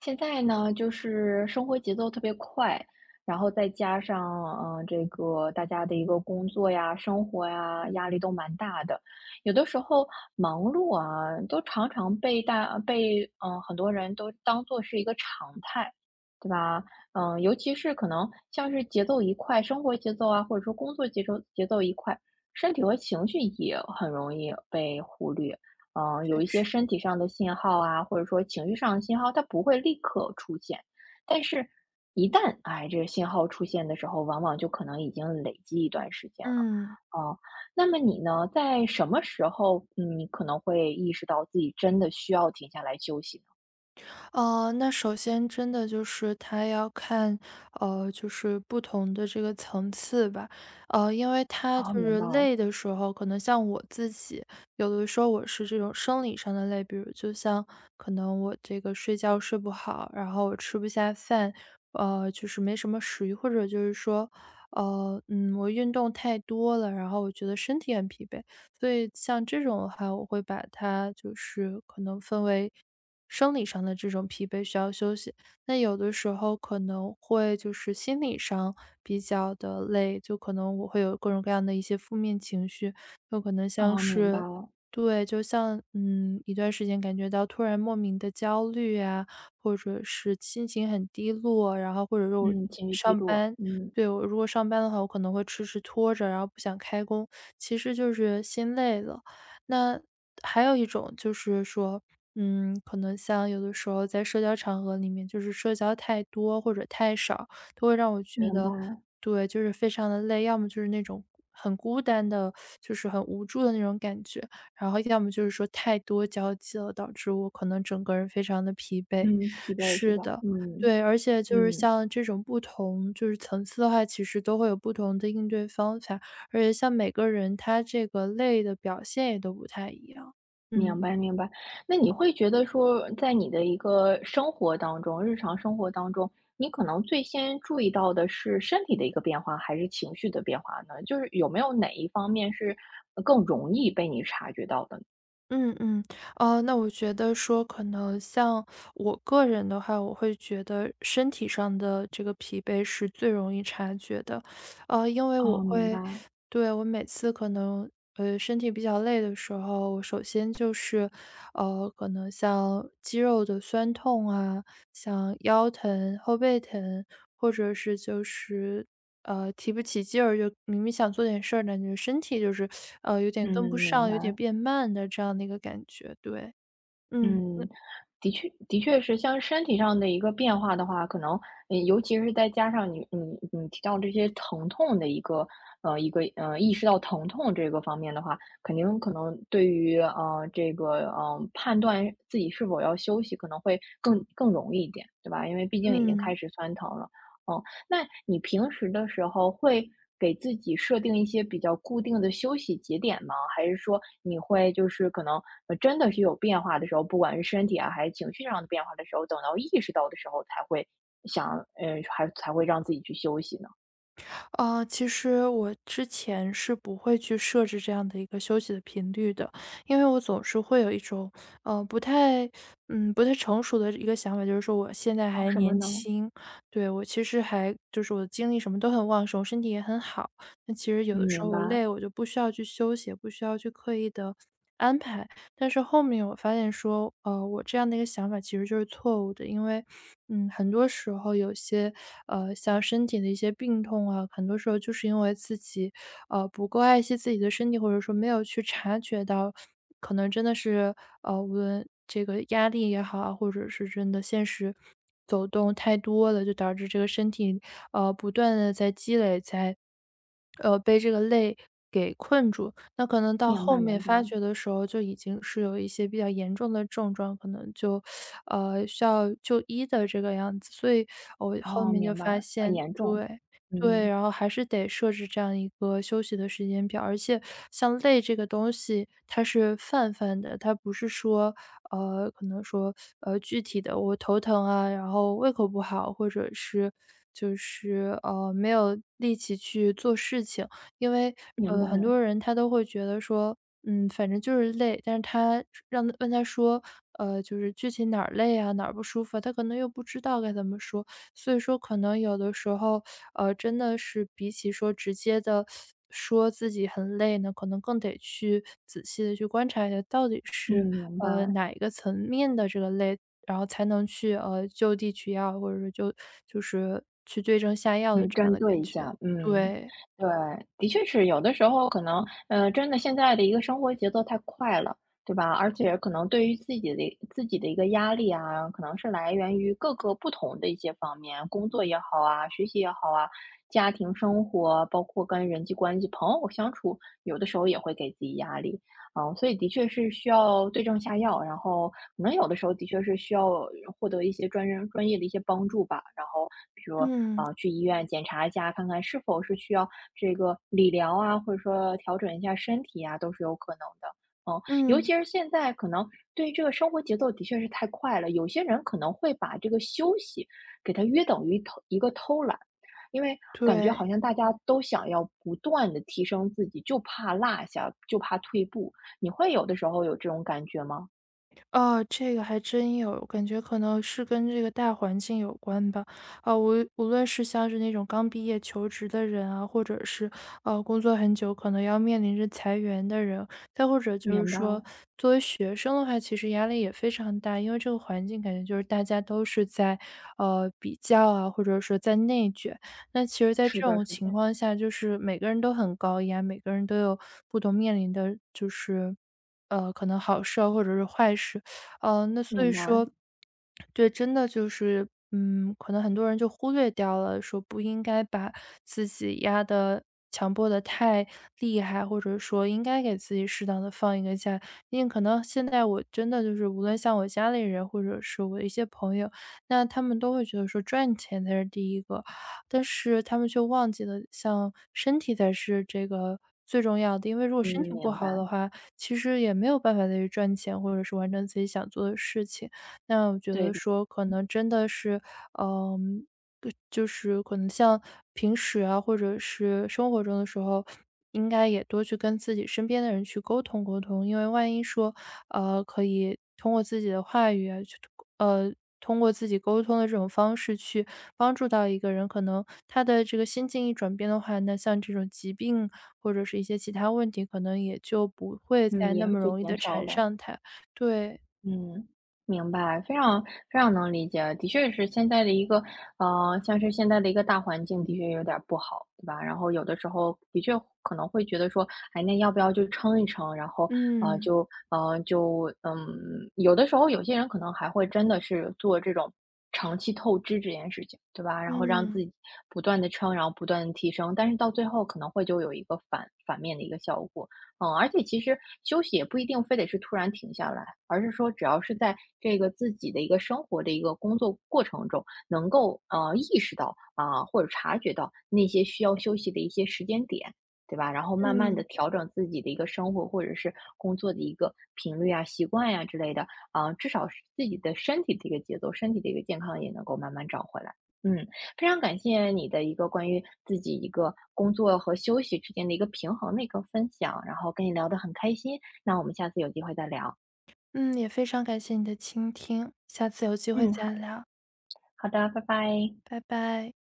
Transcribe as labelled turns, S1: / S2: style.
S1: 现在呢，就是生活节奏特别快，然后再加上，这个大家的一个工作呀、生活呀，压力都蛮大的。有的时候忙碌啊，都常常被大被嗯、呃很多人都当做是一个常态，对吧？嗯、尤其是可能像是节奏一快，生活节奏啊，或者说工作节奏一快，身体和情绪也很容易被忽略。
S2: 确
S1: 有一些
S2: 实。
S1: 身体上的信号啊，或者说情绪上的信号，它不会立刻出现。但是，一旦这个信号出现的时候，往往就可能已经累积一段时间了。
S2: 嗯，
S1: 啊，那么你呢，在什么时候，你可能会意识到自己真的需要停下来休息呢？
S2: 哦，那首先真的就是它要看，就是不同的这个层次吧。因为它
S1: 哦，
S2: 就
S1: 明
S2: 是
S1: 白。
S2: 累的时候，可能像我自己，有的时候我是这种生理上的累，比如就像可能我这个睡觉睡不好，然后我吃不下饭，就是没什么食欲，或者就是说，我运动太多了，然后我觉得身体很疲惫。所以像这种的话，我会把它就是可能分为生理上的这种疲惫需要休息。那有的时候可能会就是心理上比较的累，就可能我会有各种各样的一些负面情绪，有可能像
S1: 哦，明白
S2: 是
S1: 了。
S2: 对，就像一段时间感觉到突然莫名的焦虑啊，或者是心情很低落，然后或者说我
S1: 嗯，情绪低
S2: 上
S1: 落。
S2: 班，
S1: 嗯，
S2: 对，我如果上班的话，我可能会迟迟拖着，然后不想开工，其实就是心累了。那还有一种就是说，可能像有的时候在社交场合里面，就是社交太多或者太少，都会让我觉
S1: 明白。
S2: 得对，就是非常的累。要么就是那种很孤单的，就是很无助的那种感觉。然后要么就是说太多交际了，导致我可能整个人非常的疲惫。
S1: 嗯，疲惫是
S2: 是
S1: 吧？
S2: 的，
S1: 嗯。
S2: 对，而且就是
S1: 嗯。
S2: 像这种不同就是层次的话，其实都会有不同的应对方法。而且像每个人他这个累的表现也都不太一样。
S1: 明
S2: 嗯。
S1: 白明白。那你会觉得说，在你的一个生活当中，日常生活当中，你可能最先注意到的是身体的一个变化，还是情绪的变化呢？就是有没有哪一方面是更容易被你察觉到的呢？
S2: 嗯嗯，哦，那我觉得说，可能像我个人的话，我会觉得身体上的这个疲惫是最容易察觉的，因为我
S1: 哦，明白。
S2: 会，对，我每次可能身体比较累的时候，我首先就是，可能像肌肉的酸痛啊，像腰疼、后背疼，或者是就是提不起劲儿，就明明想做点事儿，感觉身体就是，有点
S1: 嗯，
S2: 跟不
S1: 明
S2: 上，有点
S1: 白。
S2: 变慢的这样的一个感觉，对。嗯，
S1: 嗯，的确的确是像身体上的一个变化的话，可能，嗯尤其是再加上你提到这些疼痛的一个意识到疼痛这个方面的话，肯定可能对于，这个，判断自己是否要休息可能会更容易一点，对吧？因为毕竟已经
S2: 嗯。
S1: 开始酸疼了。嗯。那你平时的时候会给自己设定一些比较固定的休息节点吗？还是说你会就是可能，真的是有变化的时候，不管是身体啊，还是情绪上的变化的时候，等到意识到的时候才会想，还才会让自己去休息呢？
S2: 其实我之前是不会去设置这样的一个休息的频率的，因为我总是会有一种，呃，不太，不太成熟的一个想法，就是说我现在
S1: 哦，
S2: 还
S1: 什么
S2: 年
S1: 呢？
S2: 轻，对，我其实还就是我的精力什么都很旺盛，我身体也很好。那其实有
S1: 嗯，
S2: 的时
S1: 明
S2: 候我累，
S1: 白。
S2: 我就不需要去休息，也不需要去刻意的安排。但是后面我发现说，我这样的一个想法其实就是错误的，因为很多时候有些，像身体的一些病痛啊，很多时候就是因为自己，不够爱惜自己的身体，或者说没有去察觉到，可能真的是，无论这个压力也好啊，或者是真的现实走动太多了，就导致这个身体，不断的在积累，在，被这个累给困住。那可能到
S1: 明
S2: 后
S1: 白，
S2: 面
S1: 明白。
S2: 发觉的时候，就已经是有一些比较严重的症状，可能就，需要就医的这个样子。所以我后
S1: 哦，
S2: 面就
S1: 明白。
S2: 发
S1: 很
S2: 现
S1: 严重。
S2: 对，对，
S1: 嗯。
S2: 然后还是得设置这样一个休息的时间表。而且像累这个东西，它是泛泛的，它不是说，呃，可能说，呃，具体的我头疼啊，然后胃口不好，或者是就是，没有力气去做事情。因为，
S1: 明白。
S2: 很多人他都会觉得说，反正就是累，但是他问他说，就是具体哪儿累啊，哪儿不舒服啊，他可能又不知道该怎么说。所以说可能有的时候，真的是比起说直接的说自己很累呢，可能更得去仔细的去观察一下到底
S1: 嗯，
S2: 是，
S1: 明白。
S2: 哪一个层面的这个累，然后才能去，就地取药，或者说就是去对症下药的
S1: 嗯，
S2: 这样
S1: 针
S2: 的
S1: 对
S2: 感
S1: 一
S2: 觉。
S1: 下。嗯，
S2: 对，
S1: 对。的确是有的时候可能，真的现在的一个生活节奏太快了，对吧？而且可能对于自己的一个压力啊，可能是来源于各个不同的一些方面，工作也好啊，学习也好啊，家庭生活，包括跟人际关系、朋友相处，有的时候也会给自己压力。啊，所以的确是需要对症下药，然后可能有的时候的确是需要获得一些专人专业的一些帮助吧。然后比如说，
S2: 嗯。
S1: 啊去医院检查一下，看看是否是需要这个理疗啊，或者说调整一下身体啊，都是有可能的。嗯，尤
S2: 嗯，
S1: 其是现在可能对于这个生活节奏的确是太快了，有些人可能会把这个休息给它约等于偷一个偷懒，因为感觉
S2: 对。
S1: 好像大家都想要不断的提升自己，就怕落下，就怕退步。你会有的时候有这种感觉吗？
S2: 哦，这个还真有，感觉可能是跟这个大环境有关吧。啊，无论是像是那种刚毕业求职的人啊，或者是工作很久可能要面临着裁员的人，再或者就是
S1: 明白。
S2: 说作为学生的话，其实压力也非常大，因为这个环境感觉就是大家都是在比较啊，或者说在内卷。那其实，在这
S1: 是的，
S2: 种
S1: 是的。
S2: 情况下，就是每个人都很高压，每个人都有不同面临的就是可能好事啊或者是坏事。那所以
S1: 明白。
S2: 说对，真的就是，可能很多人就忽略掉了，说不应该把自己压的、强迫的太厉害，或者说应该给自己适当的放一个假。因为可能现在我真的就是无论像我家里人或者是我的一些朋友，那他们都会觉得说赚钱才是第一个，但是他们却忘记了像身体才是这个最重要的。因为如果
S1: 嗯，
S2: 身体不
S1: 明
S2: 好
S1: 白。
S2: 的话，其实也没有办法再去赚钱，或者是完成自己想做的事情。那我觉
S1: 对
S2: 得
S1: 的。
S2: 说，可能真的是嗯，对，就是可能像平时啊，或者是生活中的时候，应该也多去跟自己身边的人去沟通沟通。因为万一说，可以通过自己的话语啊，去呃，通过自己沟通的这种方式去帮助到一个人，可能他的这个心境一转变的话，那像这种疾病或者是一些其他问题，可能也就不会
S1: 嗯，
S2: 再那
S1: 也
S2: 么
S1: 就
S2: 容易的
S1: 减少
S2: 缠
S1: 了。
S2: 上他。对。
S1: 嗯，明白。非常非常能理解。的确是现在的一个，像是现在的一个大环境，的确有点儿不好，对吧？然后有的时候的确可能会觉得说，哎，那要不要就撑一撑？然后，呃，
S2: 嗯
S1: 就，呃，就，嗯，有的时候有些人可能还会真的是做这种长期透支这件事情，对吧？然后让自
S2: 嗯
S1: 己不断的撑，然后不断的提升，但是到最后可能会就有一个反面的一个效果。嗯，而且其实休息也不一定非得是突然停下来。而是说只要是在这个自己的一个生活的一个工作过程中，能够意识到啊、或者察觉到那些需要休息的一些时间点，对吧？然后慢慢的
S2: 嗯。
S1: 调整自己的一个生活或者是工作的一个频率啊、习惯呀、之类的啊、至少是自己的身体的一个节奏、身体的一个健康也能够慢慢找回来。嗯，非常感谢你的一个关于自己一个工作和休息之间的一个平衡的一个分享，然后跟你聊得很开心，那我们下次有机会再聊。
S2: 嗯，也非常感谢你的倾听，下次有机会
S1: 嗯，
S2: 再聊，
S1: 好的，拜拜。
S2: 拜拜。